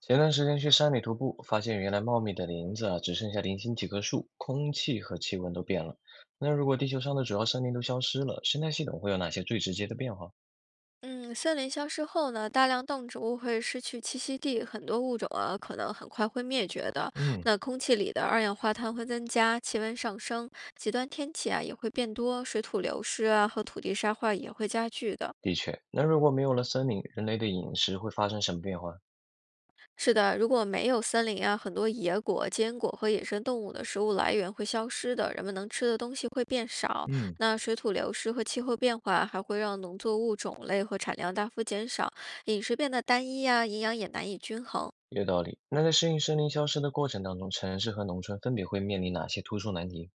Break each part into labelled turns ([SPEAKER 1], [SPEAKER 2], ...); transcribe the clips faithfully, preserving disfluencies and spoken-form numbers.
[SPEAKER 1] 前段时间去山里徒步，发现原来茂密的林子啊，只剩下零星几棵树，空气和气温都变了。那如果地球上的主要森林都消失了，生态系统会有哪些最直接的变化？
[SPEAKER 2] 嗯，森林消失后呢，大量动植物会失去栖息地，很多物种啊可能很快会灭绝的。
[SPEAKER 1] 嗯，
[SPEAKER 2] 那空气里的二氧化碳会增加，气温上升，极端天气啊也会变多，水土流失啊和土地沙化也会加剧的。
[SPEAKER 1] 的确，那如果没有了森林，人类的饮食会发生什么变化？
[SPEAKER 2] 是的，如果没有森林啊，很多野果、坚果和野生动物的食物来源会消失的，人们能吃的东西会变少。
[SPEAKER 1] 嗯，
[SPEAKER 2] 那水土流失和气候变化还会让农作物种类和产量大幅减少，饮食变得单一啊，营养也难以均衡。
[SPEAKER 1] 有道理。那在适应森林消失的过程当中，城市和农村分别会面临哪些突出难题？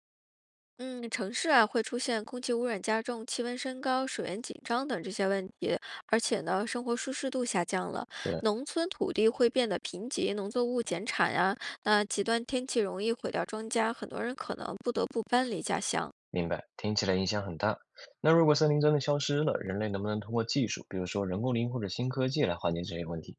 [SPEAKER 2] 嗯，城市啊会出现空气污染加重、气温升高、水源紧张等这些问题，而且呢，生活舒适度下降了，
[SPEAKER 1] 对，
[SPEAKER 2] 农村土地会变得贫瘠，农作物减产呀。那极端天气容易毁掉庄稼，很多人可能不得不搬离家乡。
[SPEAKER 1] 明白，听起来影响很大。那如果森林真的消失了，人类能不能通过技术，比如说人工林或者新科技来缓解这些问题？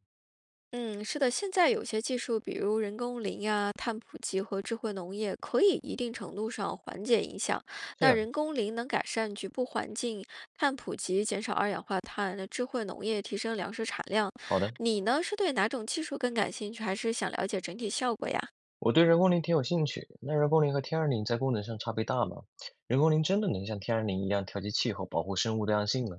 [SPEAKER 2] 嗯，是的，现在有些技术，比如人工林呀、碳捕集和智慧农业，可以一定程度上缓解影响。
[SPEAKER 1] 这
[SPEAKER 2] 那
[SPEAKER 1] 样，
[SPEAKER 2] 人工林能改善局部环境，碳捕集减少二氧化碳，那智慧农业提升粮食产量。
[SPEAKER 1] 好的。
[SPEAKER 2] 你呢，是对哪种技术更感兴趣，还是想了解整体效果呀？
[SPEAKER 1] 我对人工林挺有兴趣。那人工林和天然林在功能上差别大吗？人工林真的能像天然林一样调节气候、保护生物多样性吗？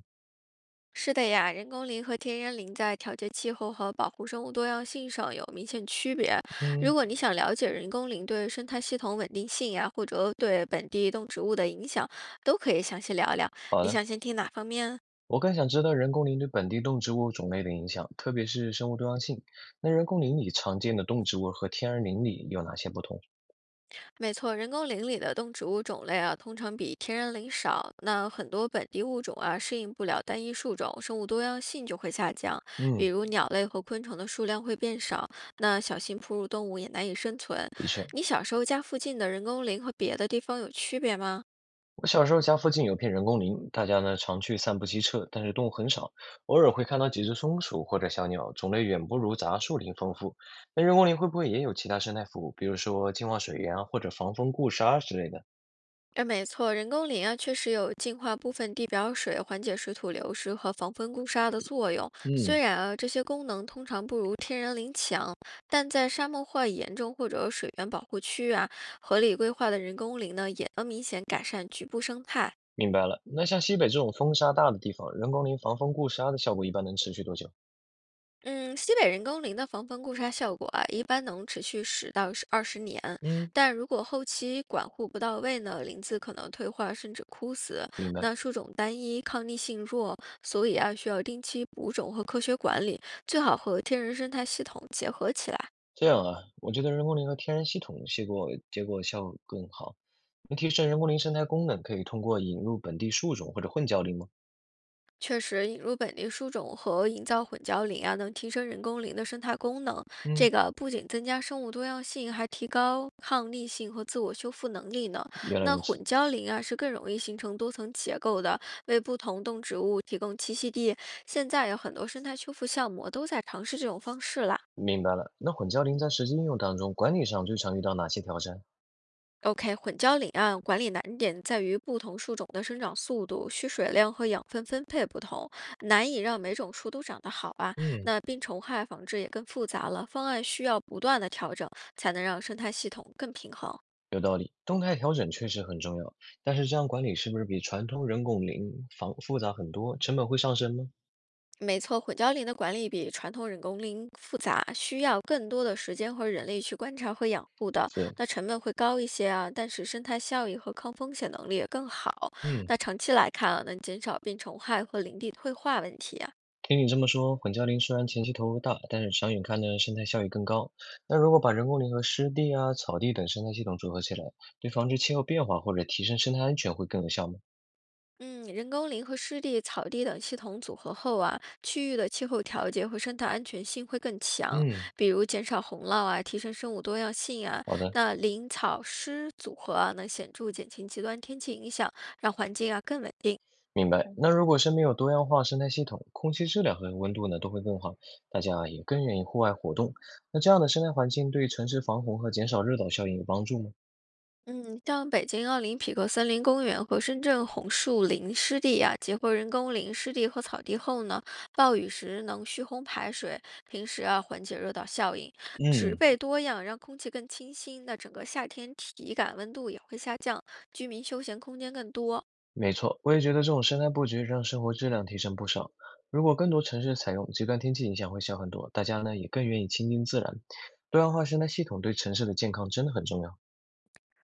[SPEAKER 2] 是的呀，人工林和天然林在调节气候和保护生物多样性上有明显区别。如
[SPEAKER 1] 嗯，
[SPEAKER 2] 果你想了解人工林对生态系统稳定性呀，或者对本地动植物的影响，都可以详细聊聊。你想先听哪方面？
[SPEAKER 1] 我更想知道人工林对本地动植物种类的影响，特别是生物多样性。那人工林里常见的动植物和天然林里有哪些不同？
[SPEAKER 2] 没错，人工林里的动植物种类啊，通常比天然林少。那很多本地物种啊，适应不了单一树种，生物多样性就会下降。比
[SPEAKER 1] 嗯，
[SPEAKER 2] 如鸟类和昆虫的数量会变少，那小型哺乳动物也难以生存。
[SPEAKER 1] 的确。
[SPEAKER 2] 你小时候家附近的人工林和别的地方有区别吗？
[SPEAKER 1] 我小时候家附近有片人工林，大家呢常去散步骑车，但是动物很少，偶尔会看到几只松鼠或者小鸟，种类远不如杂树林丰富。那人工林会不会也有其他生态服务，比如说净化水源啊，或者防风固沙之类的？
[SPEAKER 2] 哎，没错，人工林啊，确实有净化部分地表水、缓解水土流失和防风固沙的作用。虽
[SPEAKER 1] 嗯，
[SPEAKER 2] 然啊，这些功能通常不如天然林强，但在沙漠化严重或者水源保护区啊，合理规划的人工林呢，也能明显改善局部生态。
[SPEAKER 1] 明白了。那像西北这种风沙大的地方，人工林防风固沙的效果一般能持续多久？
[SPEAKER 2] 嗯，西北人工林的防风固沙效果啊，一般能持续十到二十年，
[SPEAKER 1] 嗯，
[SPEAKER 2] 但如果后期管护不到位呢，林子可能退化甚至枯死。
[SPEAKER 1] 明白。
[SPEAKER 2] 那树种单一，抗逆性弱，所以啊，需要定期补种和科学管理，最好和天然生态系统结合起来。
[SPEAKER 1] 这样啊，我觉得人工林和天然系统结果结果效果更好。能提升人工林生态功能，可以通过引入本地树种或者混交林吗？
[SPEAKER 2] 确实，引入本地树种和营造混交林啊，能提升人工林的生态功能。这
[SPEAKER 1] 嗯，
[SPEAKER 2] 个不仅增加生物多样性，还提高抗逆性和自我修复能力呢。
[SPEAKER 1] 原来
[SPEAKER 2] 那
[SPEAKER 1] 如
[SPEAKER 2] 混
[SPEAKER 1] 此。
[SPEAKER 2] 交林啊，是更容易形成多层结构的，为不同动植物提供栖息地。现在有很多生态修复项目都在尝试这种方式啦。
[SPEAKER 1] 明白了。那混交林在实际应用当中，管理上最常遇到哪些挑战？
[SPEAKER 2] OK，混交林岸管理难点在于不同树种的生长速度、需水量和养分分配不同，难以让每种树都长得好啊。
[SPEAKER 1] 嗯，
[SPEAKER 2] 那病虫害防治也更复杂了，方案需要不断的调整，才能让生态系统更平衡。
[SPEAKER 1] 有道理，动态调整确实很重要，但是这样管理是不是比传统人工林防复杂很多，成本会上升吗？
[SPEAKER 2] 没错，混交林的管理比传统人工林复杂，需要更多的时间和人力去观察和养护的，
[SPEAKER 1] 是，
[SPEAKER 2] 那成本会高一些啊，但是生态效益和抗风险能力也更好。
[SPEAKER 1] 嗯，
[SPEAKER 2] 那长期来看啊，能减少病虫害和林地退化问题啊。
[SPEAKER 1] 听你这么说，混交林虽然前期投入大，但是长远看呢，生态效益更高。那如果把人工林和湿地啊、草地等生态系统组合起来，对防治气候变化或者提升生态安全会更有效吗？
[SPEAKER 2] 嗯，人工林和湿地、草地等系统组合后啊，区域的气候调节和生态安全性会更强，
[SPEAKER 1] 嗯，
[SPEAKER 2] 比如减少洪涝啊，提升生物多样性啊。
[SPEAKER 1] 好的。
[SPEAKER 2] 那林草湿组合啊，能显著减轻极端天气影响，让环境啊更稳定。
[SPEAKER 1] 明白。那如果身边有多样化生态系统，空气质量和温度呢都会更好，大家也更愿意户外活动。那这样的生态环境对城市防洪和减少热岛效应有帮助吗？
[SPEAKER 2] 嗯，像北京奥林匹克森林公园和深圳红树林湿地啊，结合人工林湿地和草地后呢，暴雨时能蓄洪排水，平时啊缓解热岛效应，植
[SPEAKER 1] 嗯，
[SPEAKER 2] 被多样，让空气更清新，那整个夏天体感温度也会下降，居民休闲空间更多。
[SPEAKER 1] 没错，我也觉得这种生态布局让生活质量提升不少。如果更多城市采用，极端天气影响会小很多，大家呢也更愿意亲近自然。多样化生态系统对城市的健康真的很重要。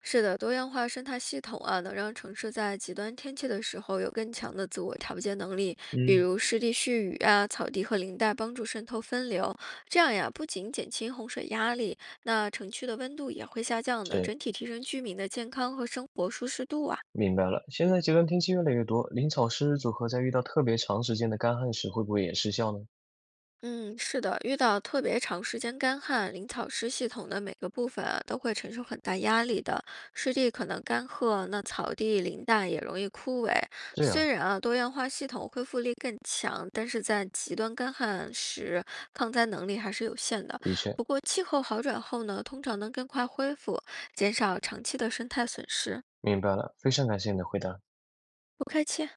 [SPEAKER 2] 是的，多样化生态系统啊，能让城市在极端天气的时候有更强的自我调节能力，比
[SPEAKER 1] 嗯，
[SPEAKER 2] 如湿地蓄雨啊、草地和林带帮助渗透分流，这样呀，不仅减轻洪水压力，那城区的温度也会下降的，
[SPEAKER 1] 是，
[SPEAKER 2] 整体提升居民的健康和生活舒适度啊。
[SPEAKER 1] 明白了。现在极端天气越来越多，林草湿组合在遇到特别长时间的干旱时，会不会也失效呢？
[SPEAKER 2] 嗯，是的，遇到特别长时间干旱，灵草湿系统的每个部分啊都会承受很大压力的。湿地可能干涸，那草地、林带也容易枯萎。
[SPEAKER 1] 这
[SPEAKER 2] 虽
[SPEAKER 1] 样。
[SPEAKER 2] 然啊多样化系统恢复力更强，但是在极端干旱时，抗灾能力还是有限的。
[SPEAKER 1] 的确，
[SPEAKER 2] 不过气候好转后呢，通常能更快恢复，减少长期的生态损失。
[SPEAKER 1] 明白了，非常感谢你的回答。
[SPEAKER 2] 不客气。